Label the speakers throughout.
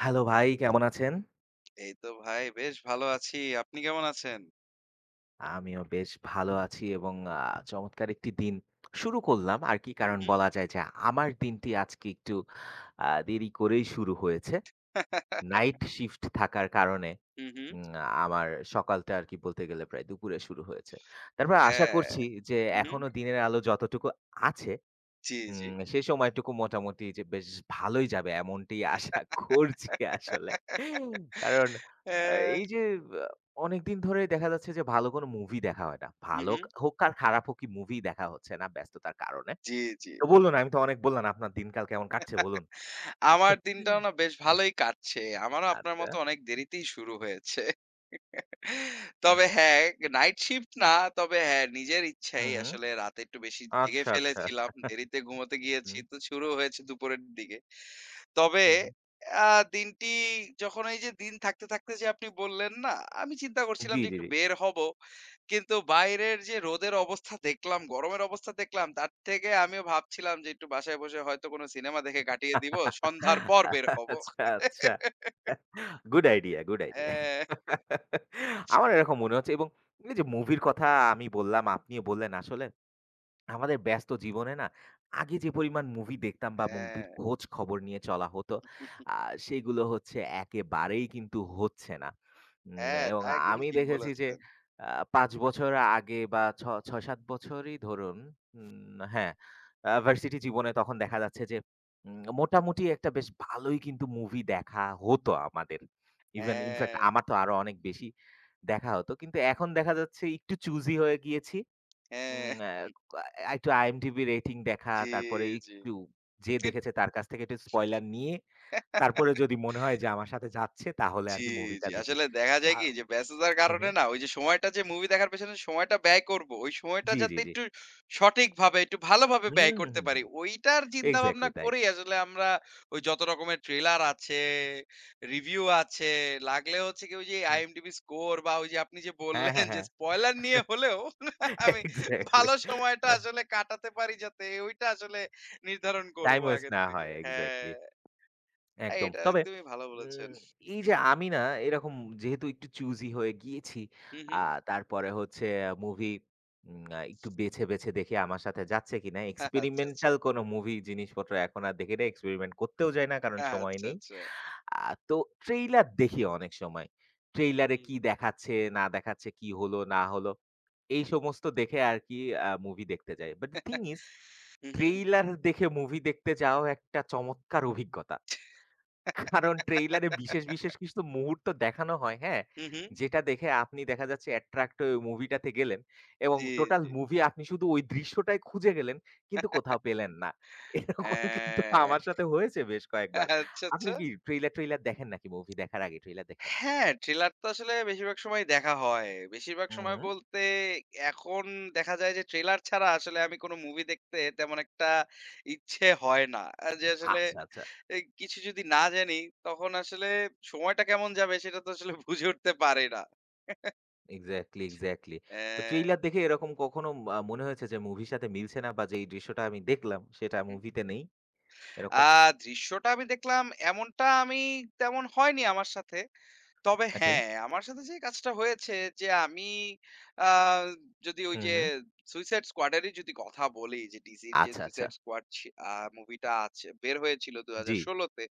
Speaker 1: Hello ভাই, কেমন আছেন?
Speaker 2: এই তো ভাই বেশ ভালো আছি। আপনি কেমন আছেন?
Speaker 1: আমিও বেশ ভালো আছি এবং চমৎকার একটি দিন শুরু করলাম আরকি।
Speaker 2: হুম,
Speaker 1: কারণ
Speaker 2: হুম।
Speaker 1: বলা যায় যে আমার দিনটি আজকে একটু দেরি করেই শুরু হয়েছে। নাইট শিফট থাকার কারণে
Speaker 2: হুম, হুম।
Speaker 1: উম আমার সকালটা আরকি বলতে গেলে প্রায় দুপুরে শুরু হয়েছে। তারপর আশা
Speaker 2: হ্যাঁ।
Speaker 1: করছি যে
Speaker 2: হুম, হুম।
Speaker 1: এখনো দিনের আলো যতটুকু আছে,
Speaker 2: জি, জি।
Speaker 1: হুম, সেই সময়টুকু মোটামুটি যে বেশ ভালোই যাবে এমনটি আশা করছি আসলে। কারণ আ
Speaker 2: হ্যাঁ।
Speaker 1: এই যে আ অনেকদিন ধরে দেখা যাচ্ছে যে ভালো কোনো মুভি দেখা হয় না।
Speaker 2: হুম,
Speaker 1: ভালো
Speaker 2: হুম।
Speaker 1: হোক আর খারাপ হোক কি মুভি দেখা হচ্ছে না ব্যস্ততার কারণে।
Speaker 2: জি, জি।
Speaker 1: তো বলুন, আমি তো অনেক বললাম আপনার দিনকাল কেমন কাটছে বলুন?
Speaker 2: আমার
Speaker 1: হুম।
Speaker 2: দিনটাও না বেশ ভালোই কাটছে। আমারও আপনার
Speaker 1: আচ্ছা।
Speaker 2: মতো অনেক দেরিতেই শুরু হয়েছে।
Speaker 1: হুম,
Speaker 2: তবে হ্যাঁ, নাইট শিফট না। তবে হ্যাঁ, নিজের ইচ্ছাই
Speaker 1: হুম, হুম।
Speaker 2: আসলে রাতে একটু বেশি জেগে
Speaker 1: আচ্ছা, আচ্ছা।
Speaker 2: ফেলেছিলাম। দেরিতে ঘুমোতে গিয়েছি।
Speaker 1: হুম,
Speaker 2: তো শুরু হয়েছে দুপুরের দিকে। তবে
Speaker 1: হুম, হুম।
Speaker 2: আ দিনটি যখন এই যে দিন থাকতে যে আপনি বললেন না? আমি চিন্তা করছিলাম
Speaker 1: জি,
Speaker 2: যে
Speaker 1: জি,
Speaker 2: একটু
Speaker 1: জি।
Speaker 2: বের হবো। কিন্তু বাইরের যে রোদের অবস্থা দেখলাম, গরমের অবস্থা দেখলাম, তার থেকে আমিও ভাবছিলাম যে একটু বাসায় বসে হয়তো কোনো সিনেমা দেখে কাটিয়ে দিব। সন্ধ্যার পর বের হবো।
Speaker 1: আচ্ছা, আচ্ছা। Good idea, good idea.
Speaker 2: হ্যাঁ,
Speaker 1: আমার এরকম মনে হচ্ছে, এবং এই যে মুভির কথা আমি বললাম, আপনিও বললেন আসলে আমাদের ব্যস্ত জীবনে না আগে যে পরিমাণ মুভি দেখতাম বা
Speaker 2: হ্যাঁ,
Speaker 1: মুভির খোঁজ খবর নিয়ে চলা হতো, আ সেগুলো হচ্ছে একেবারেই কিন্তু হচ্ছে না।
Speaker 2: হ্যাঁ,
Speaker 1: এবং
Speaker 2: তা একদম
Speaker 1: আমি
Speaker 2: ঠিক
Speaker 1: দেখেছি যে
Speaker 2: বলেছেন।
Speaker 1: আ ৫ বছর আগে বা ৬-৭ বছরই ধরুন। হ্যাঁ, ভার্সিটি জীবনে তখন দেখা যাচ্ছে যে মোটামুটি একটা বেশ ভালোই কিন্তু মুভি দেখা হতো আমাদের। ইভেন
Speaker 2: হ্যাঁ,
Speaker 1: ইনফেক্ট আমার তো আরো অনেক বেশি দেখা হতো। কিন্তু এখন দেখা যাচ্ছে একটু চুজি হয়ে গিয়েছি।
Speaker 2: হ্যাঁ,
Speaker 1: উম আ আ একটু IMDb রেটিং দেখা,
Speaker 2: জি,
Speaker 1: তারপরে
Speaker 2: জি।
Speaker 1: একটু যে দেখেছে তার কাছ থেকে একটু স্পয়লার নিয়ে, তারপরে যদি মনে হয় যে আমার সাথে যাচ্ছে তাহলে
Speaker 2: জি,
Speaker 1: আরকি মুভিটা
Speaker 2: জি।
Speaker 1: দেখি।
Speaker 2: আসলে দেখা যায়
Speaker 1: আ
Speaker 2: কি? যে ব্যস্ততার
Speaker 1: হু, হু।
Speaker 2: কারণে না ওই যে সময়টা যে মুভি দেখার পেছনে সময়টা ব্যয় করব, ওই সময়টা
Speaker 1: জি,
Speaker 2: যাতে
Speaker 1: জি, জি।
Speaker 2: একটু সঠিকভাবে, একটু ভালোভাবে
Speaker 1: হুম,
Speaker 2: ব্যয়
Speaker 1: হুম,
Speaker 2: করতে
Speaker 1: হুম,
Speaker 2: পারি,
Speaker 1: হুম।
Speaker 2: ওইটার চিন্তাভাবনা
Speaker 1: এক্সাক্টলি তাই।
Speaker 2: করেই আসলে আমরা ওই যত রকমের ট্রেলার আছে, রিভিউ আছে, লাগলে হচ্ছে গিয়ে ওই যে
Speaker 1: হুম।
Speaker 2: IMDb স্কোর বা ওই যে আপনি যে
Speaker 1: হ্যাঁ,
Speaker 2: বললেন
Speaker 1: হ্যাঁ,
Speaker 2: যে
Speaker 1: হ্যাঁ।
Speaker 2: স্পয়লার নিয়ে হলেও আমি
Speaker 1: এক্সাক্টলি।
Speaker 2: ভালো সময়টা আসলে কাটাতে পারি যাতে ওইটা আসলে নির্ধারণ করব
Speaker 1: টাইম ওয়েস্ট
Speaker 2: আগের
Speaker 1: না
Speaker 2: থেকে।
Speaker 1: হয়
Speaker 2: হ্যাঁ,
Speaker 1: এক্সাক্টলি। একদম।
Speaker 2: এটা
Speaker 1: তবে
Speaker 2: একদমই ভালো বলেছেন।
Speaker 1: উম এই যে আমি না এরকম যেহেতু একটু চুজি হয়ে গিয়েছি,
Speaker 2: হু, হু।
Speaker 1: আ তারপরে হচ্ছে মুভি উম আ একটু বেছে, বেছে দেখি আমার সাথে যাচ্ছে কিনা।
Speaker 2: আচ্ছা, আচ্ছা।
Speaker 1: এক্সপেরিমেন্টাল কোনো মুভি জিনিসপত্র এখন আর দেখি না। এক্সপেরিমেন্ট করতেও যাই না কারণ সময়
Speaker 2: আচ্ছা,
Speaker 1: নেই।
Speaker 2: আচ্ছা।
Speaker 1: আ তো ট্রেইলার দেখি অনেক সময়।
Speaker 2: হুম।
Speaker 1: ট্রেইলারে কি দেখাচ্ছে, না দেখাচ্ছে, কি হলো, না হলো এই সমস্ত দেখে আর কি মুভি দেখতে যাই। But thing is
Speaker 2: hmm, hmm.
Speaker 1: Trailer দেখে মুভি দেখতে যাওয়াও একটা চমৎকার অভিজ্ঞতা। কারণ ট্রেইলারে বিশেষ, বিশেষ কিছু তো মুহূর্ত দেখানো হয়, হ্যাঁ?
Speaker 2: হু, হু।
Speaker 1: যেটা দেখে আপনি দেখা যাচ্ছে অ্যাট্রাক্ট হয়ে ওই মুভিটাতে গেলেন, এবং
Speaker 2: জি,
Speaker 1: টোটাল
Speaker 2: জি।
Speaker 1: মুভি আপনি শুধু ওই দৃশ্যটাই খুঁজে গেলেন, কিন্তু কোথাও পেলেন না। এরকম কিন্তু
Speaker 2: হ্যাঁ।
Speaker 1: আমার সাথে হয়েছে বেশ কয়েকবার।
Speaker 2: আচ্ছা,
Speaker 1: আপনি
Speaker 2: আচ্ছা।
Speaker 1: কি ট্রেইলার-টেইলার দেখেন নাকি মুভি দেখার আগে ট্রেইলার দেখেন?
Speaker 2: হ্যাঁ, ট্রেলার তো আসলে বেশিরভাগ সময়ই দেখা হয়। বেশিরভাগ
Speaker 1: হুম,
Speaker 2: সময়
Speaker 1: হুম।
Speaker 2: বলতে এখন দেখা যায় যে ট্রেলার ছাড়া আসলে আমি কোন মুভি দেখতে তেমন একটা ইচ্ছে হয় না। যে আসলে
Speaker 1: আচ্ছা, আচ্ছা।
Speaker 2: এ কিছু যদি না জানি তখন আসলে সময়টা কেমন যাবে সেটা তো আসলে বুঝে উঠতে পারি না।
Speaker 1: Exactly, exactly. তো
Speaker 2: অ্যা
Speaker 1: ট্রেইলার দেখে এরকম কখনো মনে হয়েছে যে মুভির সাথে মিলছে না বা যেই দৃশ্যটা আমি দেখলাম সেটা মুভিতে নেই, এরকম?
Speaker 2: আ দৃশ্যটা আমি দেখলাম এমনটা আমি তেমন হয়নি আমার সাথে। তবে
Speaker 1: ওকে।
Speaker 2: হ্যাঁ, আমার সাথে যে কাজটা হয়েছে যে আমি আ যদি ওই
Speaker 1: হুম,
Speaker 2: যে
Speaker 1: হুম।
Speaker 2: সুইসাইড স্কোয়াড এরই যদি কথা বলি যে ডিসির যে
Speaker 1: আচ্ছা, আচ্ছা।
Speaker 2: সুইসাইড স্কোয়াড ছি আ মুভিটা আছে বের হয়েছিল
Speaker 1: জি।
Speaker 2: ২০১৬ তে।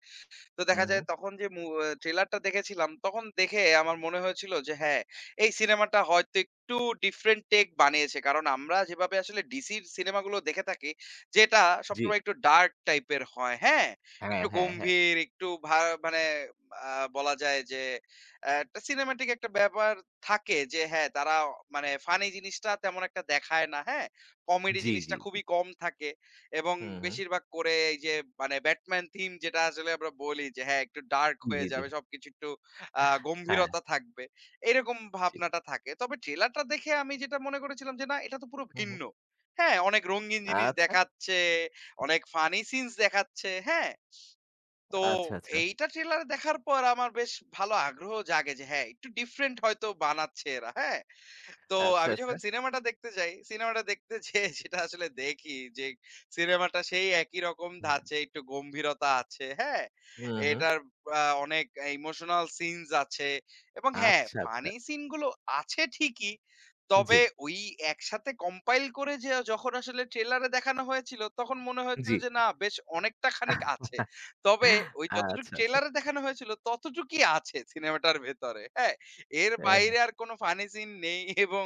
Speaker 2: তো
Speaker 1: হুম,
Speaker 2: দেখা যায়
Speaker 1: হুম।
Speaker 2: তখন যে মু আ ট্রেলারটা দেখেছিলাম, তখন দেখে আমার মনে হয়েছিল যে হ্যাঁ, এই সিনেমাটা হয়তো একটু ডিফরেন্ট টেক বানিয়েছে। কারণ আমরা যেভাবে আসলে ডিসির সিনেমাগুলো দেখে থাকি, যেটা
Speaker 1: জি।
Speaker 2: সবসময় একটু ডার্ক টাইপের হয়, হ্যাঁ?
Speaker 1: হ্যাঁ,
Speaker 2: একটু
Speaker 1: হ্যাঁ, হ্যাঁ।
Speaker 2: গম্ভীর, একটু ভা মানে আ বলা যায় যে একটা সিনেমাটিক একটা ব্যাপার থাকে যে হ্যাঁ, তারা মানে ফানি জিনিসটা তেমন একটা দেখায় না, হ্যাঁ? কমেডি
Speaker 1: জি,
Speaker 2: জিনিসটা
Speaker 1: জি, জি।
Speaker 2: খুবই কম থাকে। এবং
Speaker 1: হুম, হুম।
Speaker 2: বেশিরভাগ করে এই যে মানে ব্যাটম্যান থিম যেটা আসলে আমরা বলি যে হ্যাঁ একটু ডার্ক হয়ে
Speaker 1: জি, জি।
Speaker 2: যাবে সবকিছু একটু
Speaker 1: হ্যাঁ,
Speaker 2: গম্ভীরতা থাকবে এরকম
Speaker 1: জি।
Speaker 2: ভাবনাটা থাকে তবে ট্রেলারটা দেখে আমি যেটা মনে করেছিলাম যে না এটা তো পুরো
Speaker 1: হু, হুম।
Speaker 2: ভিন্ন। হ্যাঁ, অনেক রঙিন জিনিস
Speaker 1: আচ্ছা,
Speaker 2: দেখাচ্ছে, অনেক ফানি সিনস দেখাচ্ছে, হ্যাঁ। তো
Speaker 1: আচ্ছা, আচ্ছা,
Speaker 2: এইটা ট্রেলার দেখার পর আমার বেশ ভালো আগ্রহ জাগে যে হ্যাঁ একটু ডিফারেন্ট হয়তো বানাচ্ছে এরা, হ্যাঁ। তো
Speaker 1: আচ্ছা,
Speaker 2: আমি
Speaker 1: আচ্ছা।
Speaker 2: যখন সিনেমাটা দেখতে যাই, সিনেমাটা দেখতে যেয়ে যেটা আসলে দেখি যে সিনেমাটা সেই একই রকম
Speaker 1: হুম।
Speaker 2: ধাঁচে একটু গম্ভীরতা আছে, হ্যাঁ?
Speaker 1: হু, হুম।
Speaker 2: এটার অনেক ইমোশনাল সিনস আছে এবং হ্যাঁ,
Speaker 1: আচ্ছা, আচ্ছা।
Speaker 2: ফানি সিন গুলো আছে ঠিকই।
Speaker 1: জি,
Speaker 2: তবে ওই একসাথে কম্পাইল করে যে যখন আসলে ট্রেলারে দেখানো হয়েছিল, তখন মনে হয়েছিল
Speaker 1: জি।
Speaker 2: যে না বেশ অনেকটা খানিক আছে। তবে ওই যতটুকু
Speaker 1: আচ্ছা, আচ্ছা।
Speaker 2: ট্রেলারে দেখানো হয়েছিল ততটুকুই আছে সিনেমাটার ভেতরে, হ্যাঁ? এর
Speaker 1: হ্যাঁ, হ্যাঁ।
Speaker 2: বাইরে আর কোনো ফানি সিন নেই এবং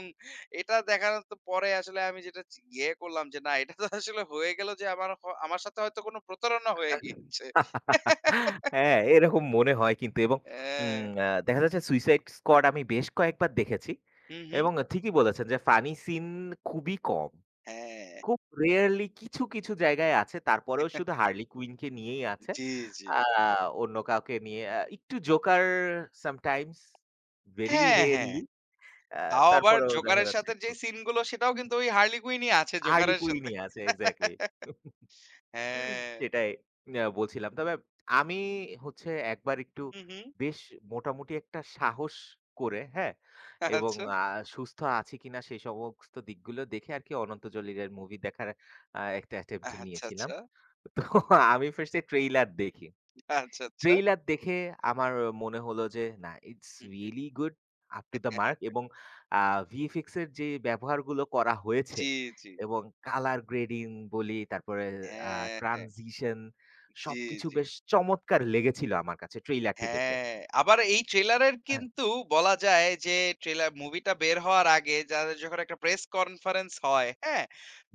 Speaker 2: এটা দেখানোর তো পরে আসলে আমি যেটা চি ইয়ে করলাম যে না এটা তো আসলে হয়ে গেল যে আমার সাথে হয়তো কোনো প্রতারণা হয়ে গিয়েছে।
Speaker 1: হ্যাঁ, এরকম মনে হয় কিন্তু। এবং উম
Speaker 2: হ্যাঁ।
Speaker 1: আ দেখা যাচ্ছে সুইসাইড স্কোয়াড আমি বেশ কয়েকবার দেখেছি
Speaker 2: হুম, হুম।
Speaker 1: এবং ঠিকই বলেছেন যে ফানি সিন খুবই কম।
Speaker 2: হ্যাঁ।
Speaker 1: খুব রেয়ারলি কিছু, কিছু জায়গায় আছে। তারপরেও শুধু হার্লি কুইন কে নিয়েই আছে।
Speaker 2: জি, জি।
Speaker 1: আ অন্য কাউকে নিয়ে একটু জোকার সামটাইমস, ভেরি
Speaker 2: হ্যাঁ,
Speaker 1: রেয়ারলি।
Speaker 2: হ্যাঁ।
Speaker 1: আ
Speaker 2: তাও আবার
Speaker 1: তারপরেও দেখা
Speaker 2: জোকারের
Speaker 1: যাচ্ছে
Speaker 2: সাথে যে
Speaker 1: একটু
Speaker 2: সিন গুলো সেটাও কিন্তু ওই হার্লি কুইনই আছে
Speaker 1: হার্লি
Speaker 2: জোকারের সাথে।
Speaker 1: কুইনই আছে এক্সাক্টলি।
Speaker 2: হ্যাঁ।
Speaker 1: সেটাই বলছিলাম। তবে আমি হচ্ছে একবার একটু
Speaker 2: হুম, হুম।
Speaker 1: বেশ মোটামুটি একটা সাহস করে, হ্যাঁ? এবং
Speaker 2: আচ্ছা।
Speaker 1: সুস্থ আছি কিনা সেই সমস্ত দিকগুলো দেখে আরকি অনন্ত জলিলের মুভি দেখার একটা অ্যাটেম্প্ট
Speaker 2: আচ্ছা,
Speaker 1: নিয়েছিলাম।
Speaker 2: আচ্ছা।
Speaker 1: তো আমি ফার্স্ট এ ট্রেইলার দেখি।
Speaker 2: আচ্ছা, আচ্ছা।
Speaker 1: ট্রেইলার দেখে আমার মনে হলো যে না, it's
Speaker 2: hmm, hmm.
Speaker 1: Really good, up to the mark, এবং আ ভিএফএক্স এর যে ব্যবহারগুলো করা হয়েছে
Speaker 2: জি, জি।
Speaker 1: এবং কালার গ্রেডিং বলি, তারপরে আ
Speaker 2: হ্যাঁ, হ্যাঁ।
Speaker 1: ট্রানজিশন
Speaker 2: জি,
Speaker 1: সবকিছু
Speaker 2: জি।
Speaker 1: বেশ চমৎকার লেগেছিল আমার কাছে ট্রেইলারটি দেখে।
Speaker 2: হ্যাঁ, আবার এই ট্রেলারের
Speaker 1: হ্যাঁ।
Speaker 2: কিন্তু বলা যায় যে ট্রেলার মুভিটা বের হওয়ার আগে যাদের যখন একটা প্রেস কনফারেন্স হয়, হ্যাঁ?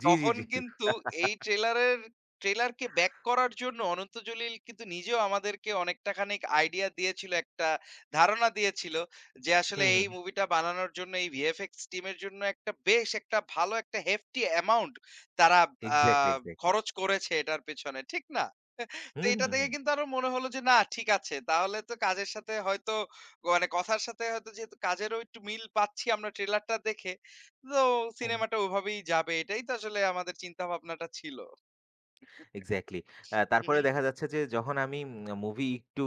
Speaker 1: জি, জি,
Speaker 2: তখন
Speaker 1: জি।
Speaker 2: কিন্তু এই ট্রেলারের ট্রেলারকে ব্যাক করার জন্য অনন্ত জলিল কিন্তু নিজেও আমাদেরকে অনেকটা খানিক আইডিয়া দিয়েছিল, একটা ধারণা দিয়েছিল যে আসলে
Speaker 1: হুম,
Speaker 2: এই
Speaker 1: হুম।
Speaker 2: মুভিটা বানানোর জন্য এই VFX টিমের জন্য একটা বেশ একটা ভালো একটা হেফটি অ্যামাউন্ট তারা আ
Speaker 1: exactly, exactly. Hmm, exactly, exactly.
Speaker 2: খরচ করেছে এটার পেছনে, ঠিক না? তো
Speaker 1: হুম,
Speaker 2: এটা দেখে
Speaker 1: হুম।
Speaker 2: কিন্তু আরো মনে হলো যে, না ঠিক আছে। তাহলে তো কাজের সাথে হয়তো মানে কথার সাথে হয়তো যেহেতু কাজেরও একটু মিল পাচ্ছি আমরা ট্রেলারটা দেখে, তো
Speaker 1: হুম, হুম।
Speaker 2: সিনেমাটা ওভাবেই যাবে। এটাই তো আসলে আমাদের চিন্তা ভাবনাটা ছিল।
Speaker 1: এক্সাক্টলি।
Speaker 2: হু, হু,
Speaker 1: তারপরে দেখা যাচ্ছে যে যখন আমি মুভি একটু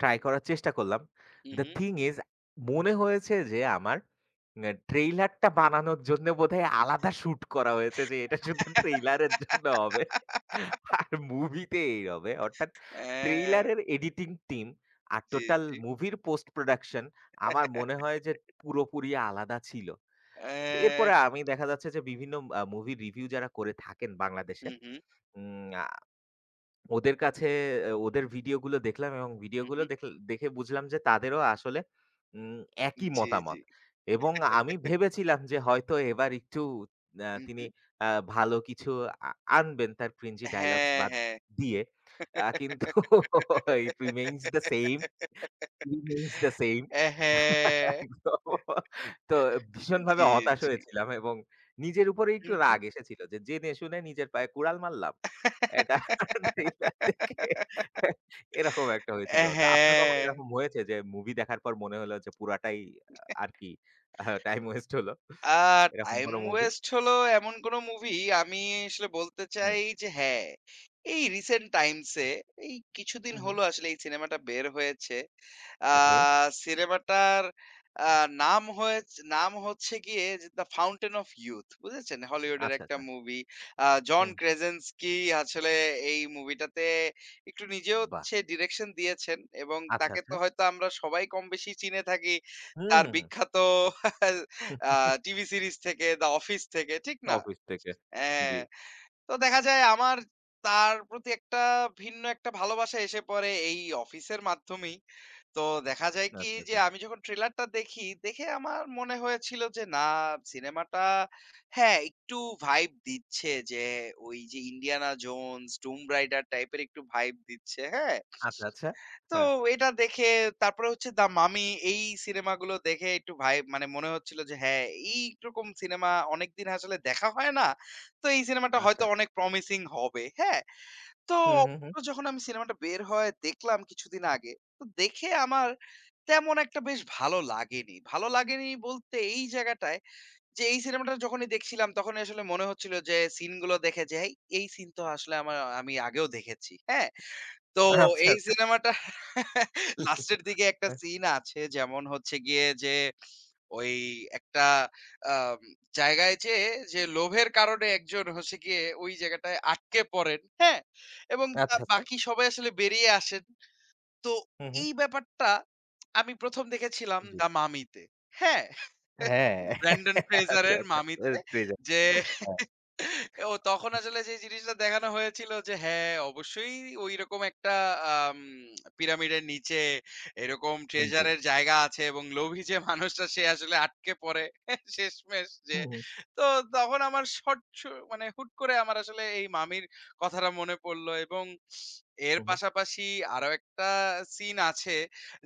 Speaker 1: ট্রাই করার চেষ্টা করলাম।
Speaker 2: Hmm,
Speaker 1: the
Speaker 2: hmm.
Speaker 1: Thing is মনে হয়েছে যে আমার ট্রেইলারটা বানানোর জন্য বোধহয় আলাদা শুট করা হয়েছে যে এটা শুধু ট্রেইলারের জন্য হবে। আর মুভিতে এই হবে। অর্থাৎ
Speaker 2: হ্যাঁ,
Speaker 1: ট্রেইলারের এডিটিং টিম আর
Speaker 2: জি,
Speaker 1: টোটাল
Speaker 2: জি।
Speaker 1: মুভির পোস্ট প্রোডাকশন আমার মনে হয় যে পুরোপুরি আলাদা ছিল। তো
Speaker 2: হ্যাঁ,
Speaker 1: এরপরে আমি দেখা যাচ্ছে যে বিভিন্ন মুভি রিভিউ যারা করে থাকেন বাংলাদেশে,
Speaker 2: হু, হু,
Speaker 1: উম আ ওদের কাছে ওদের ভিডিওগুলো দেখলাম এবং
Speaker 2: হু,
Speaker 1: ভিডিওগুলো
Speaker 2: হু।
Speaker 1: দেখে বুঝলাম যে তাদেরও আসলে উম একই
Speaker 2: জি, জি।
Speaker 1: মতামত। এবং আমি ভেবেছিলাম যে হয়তো এবার একটু
Speaker 2: হু, হু।
Speaker 1: তিনি আ ভালো কিছু আ আনবেন তার cringy dialogues
Speaker 2: হ্যাঁ,
Speaker 1: বাদ
Speaker 2: হ্যাঁ।
Speaker 1: দিয়ে। কিন্তু it remains the same. Remains the same.
Speaker 2: হ্যাঁ,
Speaker 1: তো তো ভীষণভাবে
Speaker 2: জি,
Speaker 1: হতাশ
Speaker 2: জি।
Speaker 1: হয়েছিলাম এবং নিজের উপরে
Speaker 2: হু,
Speaker 1: একটু
Speaker 2: হু।
Speaker 1: রাগ এসেছিল যে, জেনে শুনে নিজের পায়ে কুড়াল মারলাম। এটা ট্রেইলার দেখে এরকম একটা হয়েছিল। তা আপনার কখনো
Speaker 2: হ্যাঁ।
Speaker 1: এরকম হয়েছে যে, মুভি দেখার পর মনে হলো যে পুরাটাই আর কি টাইম ওয়েস্ট হলো।
Speaker 2: আ
Speaker 1: এরকম
Speaker 2: টাইম
Speaker 1: কোনো মুভি?
Speaker 2: ওয়েস্ট হলো এমন কোনো মুভি আমি আসলে বলতে
Speaker 1: হুম,
Speaker 2: চাই যে হ্যাঁ, এই রিসেন্ট টাইমস এ এই কিছুদিন
Speaker 1: হুম, হুম।
Speaker 2: হলো আসলে এই সিনেমাটা বের হয়েছে। আ
Speaker 1: ওকে।
Speaker 2: সিনেমাটার আ নাম হয়েছ নাম হচ্ছে গিয়ে যে 'দ্য ফাউন্টেন অফ ইউথ' বুঝেছেন? হলিউডের
Speaker 1: আচ্ছা,
Speaker 2: একটা
Speaker 1: আচ্ছা।
Speaker 2: মুভি। জন
Speaker 1: হুম।
Speaker 2: ক্রেজেন্সকি আসলে এই মুভিটাতে একটু নিজেও
Speaker 1: বাহ!
Speaker 2: সে ডিরেকশন দিয়েছেন এবং
Speaker 1: আচ্ছা,
Speaker 2: তাকে
Speaker 1: আচ্ছা।
Speaker 2: তো হয়তো আমরা সবাই কমবেশি চিনে থাকি।
Speaker 1: হুম,
Speaker 2: তার
Speaker 1: হুম,
Speaker 2: বিখ্যাত আ
Speaker 1: হুম।
Speaker 2: টিভি সিরিজ থেকে, "দ্য অফিস" থেকে, ঠিক না?
Speaker 1: অফিস থেকে।
Speaker 2: হ্যাঁ,
Speaker 1: জি।
Speaker 2: তো দেখা যায় আমার তার প্রতি একটা ভিন্ন একটা ভালোবাসা এসে পড়ে এই অফিসের মাধ্যমেই। তো দেখা যায় কি
Speaker 1: আচ্ছা,
Speaker 2: যে
Speaker 1: আচ্ছা।
Speaker 2: আমি যখন ট্রেলারটা দেখি, দেখে আমার মনে হয়েছিল যে না সিনেমাটা হ্যাঁ, একটু ভাইব দিচ্ছে যে ওই যে "ইন্ডিয়ানা জোনস", "টুম্ব রাইডার" টাইপের একটু ভাইব দিচ্ছে, হ্যাঁ?
Speaker 1: আচ্ছা, আচ্ছা।
Speaker 2: তো
Speaker 1: হ্যাঁ।
Speaker 2: এটা দেখে তারপরে হচ্ছে 'দ্য মামি' এই সিনেমাগুলো দেখে একটু ভাই মানে মনে হচ্ছিল যে হ্যাঁ, এইরকম সিনেমা অনেকদিন আসলে দেখা হয় না। তো এই সিনেমাটা হয়তো
Speaker 1: আচ্ছা।
Speaker 2: অনেক প্রমিসিং হবে। হ্যাঁ? তো
Speaker 1: হুম, হুম, হুম।
Speaker 2: অবশ্য যখন আমি সিনেমাটা বের হয় দেখলাম কিছুদিন আগে। তো দেখে আমার তেমন একটা বেশ ভালো লাগেনি। ভালো লাগেনি বলতে এই জায়গাটায় যে এই সিনেমাটা যখনই দেখছিলাম তখনই আসলে মনে হচ্ছিল যে সিনগুলো দেখে যে এই সিন তো আসলে আমার আমি আগেও দেখেছি। হ্যাঁ? তো
Speaker 1: আচ্ছা,
Speaker 2: এই
Speaker 1: আচ্ছা।
Speaker 2: সিনেমাটা লাস্টের দিকে একটা
Speaker 1: হ্যাঁ।
Speaker 2: সিন আছে যেমন হচ্ছে গিয়ে যে ওই একটা আম জায়গায় যেয়ে যে লোভের কারণে একজন হচ্ছে গিয়ে ওই জায়গাটায় আটকে পড়েন, হ্যাঁ? এবং তা
Speaker 1: আচ্ছা, আচ্ছা।
Speaker 2: বাকি সবাই আসলে বেরিয়ে আসেন। তো
Speaker 1: হুম, হুম।
Speaker 2: এই ব্যাপারটা আমি ১ম দেখেছিলাম
Speaker 1: জি।
Speaker 2: দ্যা মামিতে, হ্যাঁ?
Speaker 1: হ্যাঁ।
Speaker 2: ব্র্যান্ডন
Speaker 1: আচ্ছা,
Speaker 2: ফ্রেজারের
Speaker 1: আচ্ছা।
Speaker 2: মামিতে
Speaker 1: ট্রেজার।
Speaker 2: যে
Speaker 1: হ্যাঁ।
Speaker 2: ও তখন আসলে যে জিনিসটা দেখানো হয়েছিল যে হ্যাঁ, অবশ্যই ঐরকম একটা আম পিরামিডের নিচে এরকম
Speaker 1: হুম, জি।
Speaker 2: treasure এর জায়গা আছে এবং লোভী যে মানুষটা সে আসলে আটকে পড়ে শেষমেষ যে।
Speaker 1: হুম, হুম,
Speaker 2: তো তখন আমার শট শু মানে হুট করে আমার আসলে এই মামির কথাটা মনে পড়ল এবং এর
Speaker 1: হুম, হুম।
Speaker 2: পাশাপাশি আরো একটা সিন আছে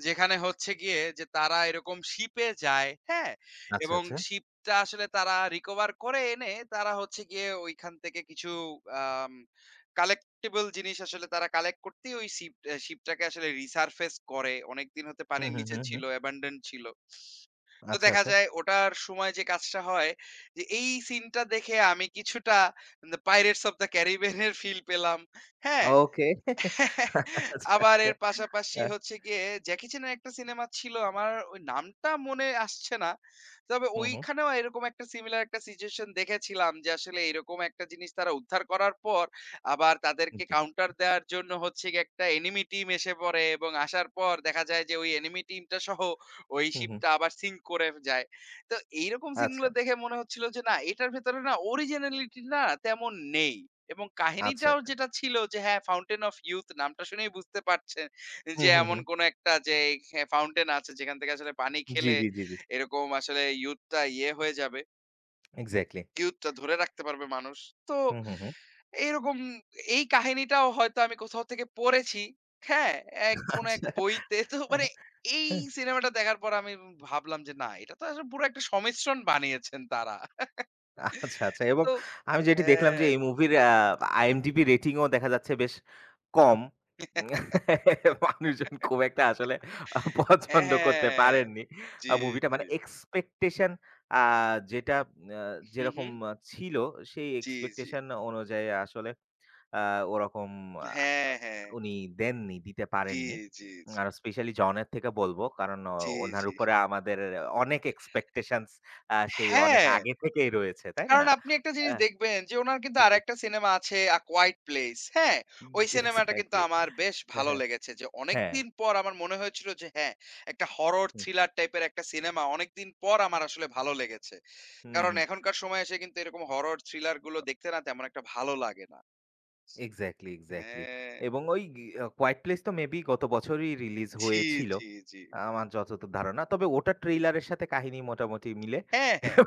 Speaker 2: যেখানে হচ্ছে গিয়ে যে তারা এরকম শিপে যায়, হ্যাঁ?
Speaker 1: আচ্ছা,
Speaker 2: এবং
Speaker 1: আচ্ছা।
Speaker 2: শিপ টা আসলে তারা রিকভার করে এনে তারা হচ্ছে গিয়ে ওইখান থেকে কিছু আম কালেক্টেবল জিনিস আসলে তারা কালেক্ট করতেই ওই শিপটাকে আসলে রিসারফেস করে। অনেকদিন হতে
Speaker 1: হুম,
Speaker 2: পানির
Speaker 1: হুম,
Speaker 2: নিচে
Speaker 1: হুম,
Speaker 2: ছিল,
Speaker 1: হুম।
Speaker 2: অ্যাবান্ডন ছিল। তো
Speaker 1: আচ্ছা,
Speaker 2: দেখা
Speaker 1: আচ্ছা।
Speaker 2: যায় ওটার সময় যে কাজটা হয় যে এই সিনটা দেখে আমি কিছুটা the Pirates of the Caribbean এর ফিল পেলাম। হ্যাঁ?
Speaker 1: ওকে। আচ্ছা,
Speaker 2: আবার
Speaker 1: আচ্ছা।
Speaker 2: এর পাশাপাশি
Speaker 1: আ
Speaker 2: হচ্ছে গিয়ে জ্যাকি চ্যানের একটা সিনেমা ছিল আমার ওই নামটা মনে আসছে না। তবে
Speaker 1: হুম, হুম।
Speaker 2: ওইখানেও এরকম একটা সিমিলার একটা সিচুয়েশন দেখেছিলাম যে আসলে এরকম একটা জিনিস তারা উদ্ধার করার পর আবার তাদেরকে
Speaker 1: জি।
Speaker 2: কাউন্টার দেওয়ার জন্য হচ্ছে গিয়ে একটা এনিমি টিম এসে পড়ে এবং আসার পর দেখা যায় যে ওই এনিমি টিমটা সহ ওই
Speaker 1: হুম, হুম।
Speaker 2: শিপটা আবার সিঙ্ক করে যায়। তো এইরকম
Speaker 1: আচ্ছা,
Speaker 2: সিনগুলো দেখে মনে হচ্ছিল যে না এটার ভেতরে না অরিজিনালিটি না তেমন নেই। এবং
Speaker 1: আচ্ছা,
Speaker 2: কাহিনীটাও
Speaker 1: আচ্ছা।
Speaker 2: যেটা ছিল যে হ্যাঁ, 'Fountain of Youth' নামটা শুনেই বুঝতে পারছেন যে
Speaker 1: হুম, হুম,
Speaker 2: এমন
Speaker 1: হুম।
Speaker 2: কোন একটা যে হ্যাঁ, ফাউন্টেন আছে যেখান থেকে আসলে পানি
Speaker 1: জি,
Speaker 2: খেলে
Speaker 1: জি, জি, জি।
Speaker 2: এরকম আসলে ইয়ুথটা ইয়ে হয়ে যাবে।
Speaker 1: এক্সাক্টলি।
Speaker 2: ইয়ুথটা ধরে রাখতে পারবে মানুষ। তো
Speaker 1: হুম, হুম, হুম।
Speaker 2: এইরকম এই কাহিনীটাও হয়তো আমি কোথাও থেকে পড়েছি। হ্যাঁ, এক কোন এক
Speaker 1: আচ্ছা।
Speaker 2: বইতে। তো মানে এই সিনেমাটা দেখার পর আমি ভাবলাম যে না, এটা তো আসলে পুরো একটা সমিশ্রণ বানিয়েছেন তারা।
Speaker 1: আচ্ছা, আচ্ছা। এবং
Speaker 2: তো
Speaker 1: আমি যেটি দেখলাম যে
Speaker 2: হ্যাঁ।
Speaker 1: এই মুভির IMDb রেটিং ও দেখা যাচ্ছে বেশ কম। উম, মানুষজন খুব একটা আসলে পছন্দ করতে
Speaker 2: হ্যাঁ,
Speaker 1: পারেননি।
Speaker 2: জি,
Speaker 1: মুভিটা
Speaker 2: জি।
Speaker 1: মানে এক্সপেকটেশন আ যেটা আ
Speaker 2: হুম,
Speaker 1: যেরকম
Speaker 2: হুম।
Speaker 1: ছিল সেই
Speaker 2: জি, জি।
Speaker 1: এক্সপেকটেশন অনুযায়ী আসলে আ ওরকম আ
Speaker 2: হ্যাঁ, হ্যাঁ।
Speaker 1: উনি দেননি, দিতে
Speaker 2: জি,
Speaker 1: পারেননি।
Speaker 2: জি, জি।
Speaker 1: আর স্পেশালি জনের থেকে বলব। কারণ
Speaker 2: জি,
Speaker 1: ওনার
Speaker 2: জি।
Speaker 1: উপরে আমাদের অনেক এক্সপেকটেশনস সেই অনেক
Speaker 2: হ্যাঁ,
Speaker 1: আগে থেকেই রয়েছে, তাই না?
Speaker 2: কারণ আপনি একটা
Speaker 1: আ
Speaker 2: জিনিস দেখবেন যে উনার কিন্তু
Speaker 1: জি,
Speaker 2: আরেকটা সিনেমা আছে 'আ কোয়াইট প্লেস' হ্যাঁ? ওই সিনেমাটা কিন্তু
Speaker 1: এক্সাক্টলি।
Speaker 2: আমার বেশ
Speaker 1: হ্যাঁ,
Speaker 2: ভালো
Speaker 1: হ্যাঁ।
Speaker 2: লেগেছে যে
Speaker 1: হ্যাঁ,
Speaker 2: অনেকদিন পর আমার মনে হয়েছিল যে হ্যাঁ, একটা হরর
Speaker 1: হুম,
Speaker 2: থ্রিলার টাইপের একটা সিনেমা অনেকদিন পর আমার আসলে ভালো লেগেছে।
Speaker 1: হুম,
Speaker 2: কারণ
Speaker 1: হুম।
Speaker 2: এখনকার সময়ে এসে কিন্তু এরকম হরর থ্রিলার গুলো দেখতে না তেমন একটা ভালো লাগে না।
Speaker 1: Exactly, exactly.
Speaker 2: হ্যাঁ,
Speaker 1: এবং ওই 'কোয়েট প্লেস' তো মেবি গত বছরই রিলিজ
Speaker 2: জি,
Speaker 1: হয়েছিল।
Speaker 2: জি, জি।
Speaker 1: আমার যতদূর ধারণা। তবে ওটার ট্রেইলারের সাথে কাহিনী মোটামুটি মিলে।
Speaker 2: হ্যাঁ, হ্যাঁ।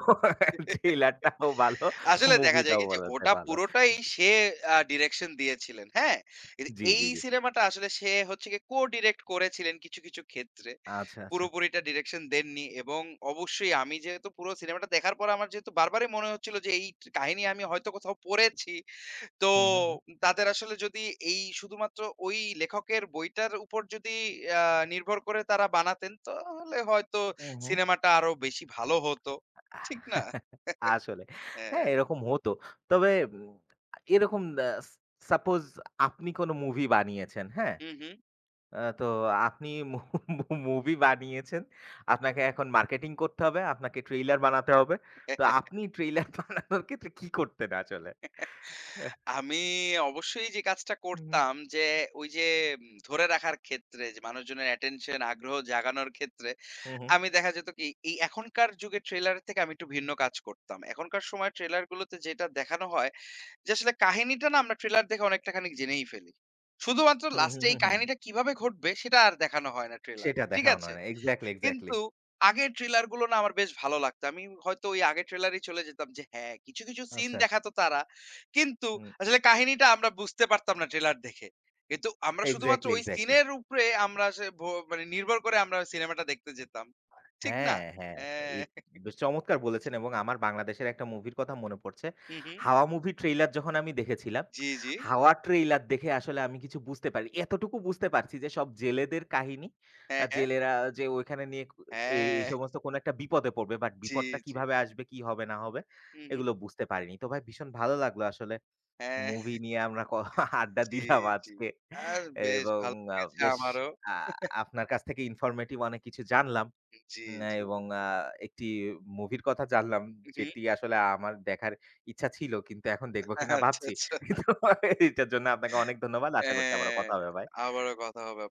Speaker 1: ট্রেইলারটাও ভালো,
Speaker 2: আসলে দেখা যায়
Speaker 1: মুভিটাও
Speaker 2: কি যে
Speaker 1: বলা যায়
Speaker 2: ওটা
Speaker 1: ভালো।
Speaker 2: পুরোটাই
Speaker 1: জি,
Speaker 2: সে ডিরেকশন দিয়েছিলেন, হ্যাঁ? কিন্তু
Speaker 1: জি,
Speaker 2: এই
Speaker 1: জি, জি।
Speaker 2: সিনেমাটা আসলে সে হচ্ছে গিয়ে co-direct করেছিলেন কিছু ক্ষেত্রে।
Speaker 1: আচ্ছা, আচ্ছা।
Speaker 2: পুরোপুরিটা ডিরেকশন দেননি এবং অবশ্যই আমি যেহেতু পুরো সিনেমাটা দেখার পর আমার যেহেতু বারবারই মনে হচ্ছিল যে এই কাহিনী আমি হয়তো কোথাও পড়েছি। তো
Speaker 1: হুম, হুম, হুম।
Speaker 2: তাদের আসলে যদি এই শুধুমাত্র ওই লেখকের বইটার উপর যদি আ নির্ভর করে তারা বানাতেন তাহলে হয়তো
Speaker 1: হুম, হুম।
Speaker 2: সিনেমাটা আরো বেশি ভালো হতো। ঠিক না?
Speaker 1: আসলে। হ্যাঁ,
Speaker 2: হ্যাঁ।
Speaker 1: এরকম হতো। তবে উম এরকম আ সাপোজ আপনি কোনো মুভি বানিয়েছেন, হ্যাঁ?
Speaker 2: হু, হু।
Speaker 1: তো আপনি মু মু মুভি বানিয়েছেন। আপনাকে এখন মার্কেটিং করতে হবে। আপনাকে ট্রেইলার বানাতে হবে। তো আপনি ট্রেইলার বানানোর ক্ষেত্রে কি করতেন আসলে? এহ
Speaker 2: আমি অবশ্যই যে কাজটা
Speaker 1: হুম।
Speaker 2: করতাম যে ওই যে ধরে রাখার ক্ষেত্রে যে মানুষজনের অ্যাটেনশন আগ্রহ জাগানোর ক্ষেত্রে
Speaker 1: হু, হু।
Speaker 2: আমি দেখা যেত কি এই এখনকার যুগে ট্রেলার থেকে আমি একটু ভিন্ন কাজ করতাম। এখনকার সময় ট্রেলার গুলোতে যেটা দেখানো হয় যে আসলে কাহিনীটা না আমরা ট্রেলার দেখে অনেকটা খানিক জেনেই ফেলি। শুধুমাত্র
Speaker 1: হু, হু,
Speaker 2: লাস্টে
Speaker 1: হু,
Speaker 2: এই
Speaker 1: হু।
Speaker 2: কাহিনীটা কিভাবে ঘটবে সেটা আর দেখানো হয় না ট্রেলারে,
Speaker 1: সেটা
Speaker 2: ঠিক
Speaker 1: দেখানো
Speaker 2: আছে।
Speaker 1: হয় না। Exactly, exactly.
Speaker 2: কিন্তু আগের ট্রেলার গুলো না আমার বেশ ভালো লাগতো। আমি হয়তো ওই আগের ট্রেলারেই চলে যেতাম যে হ্যাঁ, কিছু সিন
Speaker 1: আচ্ছা।
Speaker 2: দেখাতো তারা। কিন্তু
Speaker 1: হুম।
Speaker 2: আসলে কাহিনীটা আমরা বুঝতে পারতাম না ট্রেলার দেখে। কিন্তু আমরা শুধুমাত্র
Speaker 1: এক্সাক্টলি,
Speaker 2: ওই
Speaker 1: এক্সাক্টলি।
Speaker 2: সিনের উপরে আমরা সে ভ মানে নির্ভর করে আমরা সিনেমাটা দেখতে যেতাম। ঠিক না?
Speaker 1: হ্যাঁ, হ্যাঁ।
Speaker 2: হ্যাঁ।
Speaker 1: এ বেশ চমৎকার বলেছেন। এবং আমার বাংলাদেশের একটা মুভির কথা মনে পড়ছে।
Speaker 2: হু, হু।
Speaker 1: হাওয়া মুভি ট্রেইলার যখন আমি দেখেছিলাম,
Speaker 2: জি, জি।
Speaker 1: হাওয়া ট্রেইলার দেখে আসলে আমি কিছু বুঝতে পারি, এতটুকু বুঝতে পারছি যে সব জেলেদের কাহিনী।
Speaker 2: হ্যাঁ, হ্যাঁ।
Speaker 1: জেলেরা যে ওইখানে নিয়ে এই,
Speaker 2: হ্যাঁ,
Speaker 1: এই সমস্ত কোন একটা বিপদে পড়বে। বাট
Speaker 2: জি,
Speaker 1: বিপদটা
Speaker 2: জি।
Speaker 1: কিভাবে আসবে, কি হবে না হবে
Speaker 2: হু, হু।
Speaker 1: এগুলো বুঝতে পারিনি। তো ভাই ভীষণ ভালো লাগলো আসলে
Speaker 2: হ্যাঁ,
Speaker 1: মুভি নিয়ে আমরা আড্ডা
Speaker 2: জি,
Speaker 1: দিলাম
Speaker 2: জি।
Speaker 1: আজকে।
Speaker 2: আর বেশ
Speaker 1: এবং
Speaker 2: ভালো লেগেছে
Speaker 1: বেশ
Speaker 2: আমারও।
Speaker 1: আ আপনার কাছ থেকে ইনফরমেটিভ অনেক কিছু জানলাম।
Speaker 2: জি,
Speaker 1: না,
Speaker 2: জি।
Speaker 1: এবং একটি মুভির কথা জানলাম,
Speaker 2: হু, হু।
Speaker 1: যেটি আসলে আমার দেখার ইচ্ছা ছিল। কিন্তু এখন দেখব কিনা
Speaker 2: আচ্ছা,
Speaker 1: ভাবছি।
Speaker 2: আচ্ছা।
Speaker 1: তো এটার জন্য আপনাকে অনেক ধন্যবাদ। আশা করছি আবারও
Speaker 2: হ্যাঁ,
Speaker 1: কথা হবে ভাই।
Speaker 2: আবারও কথা হবে আপনার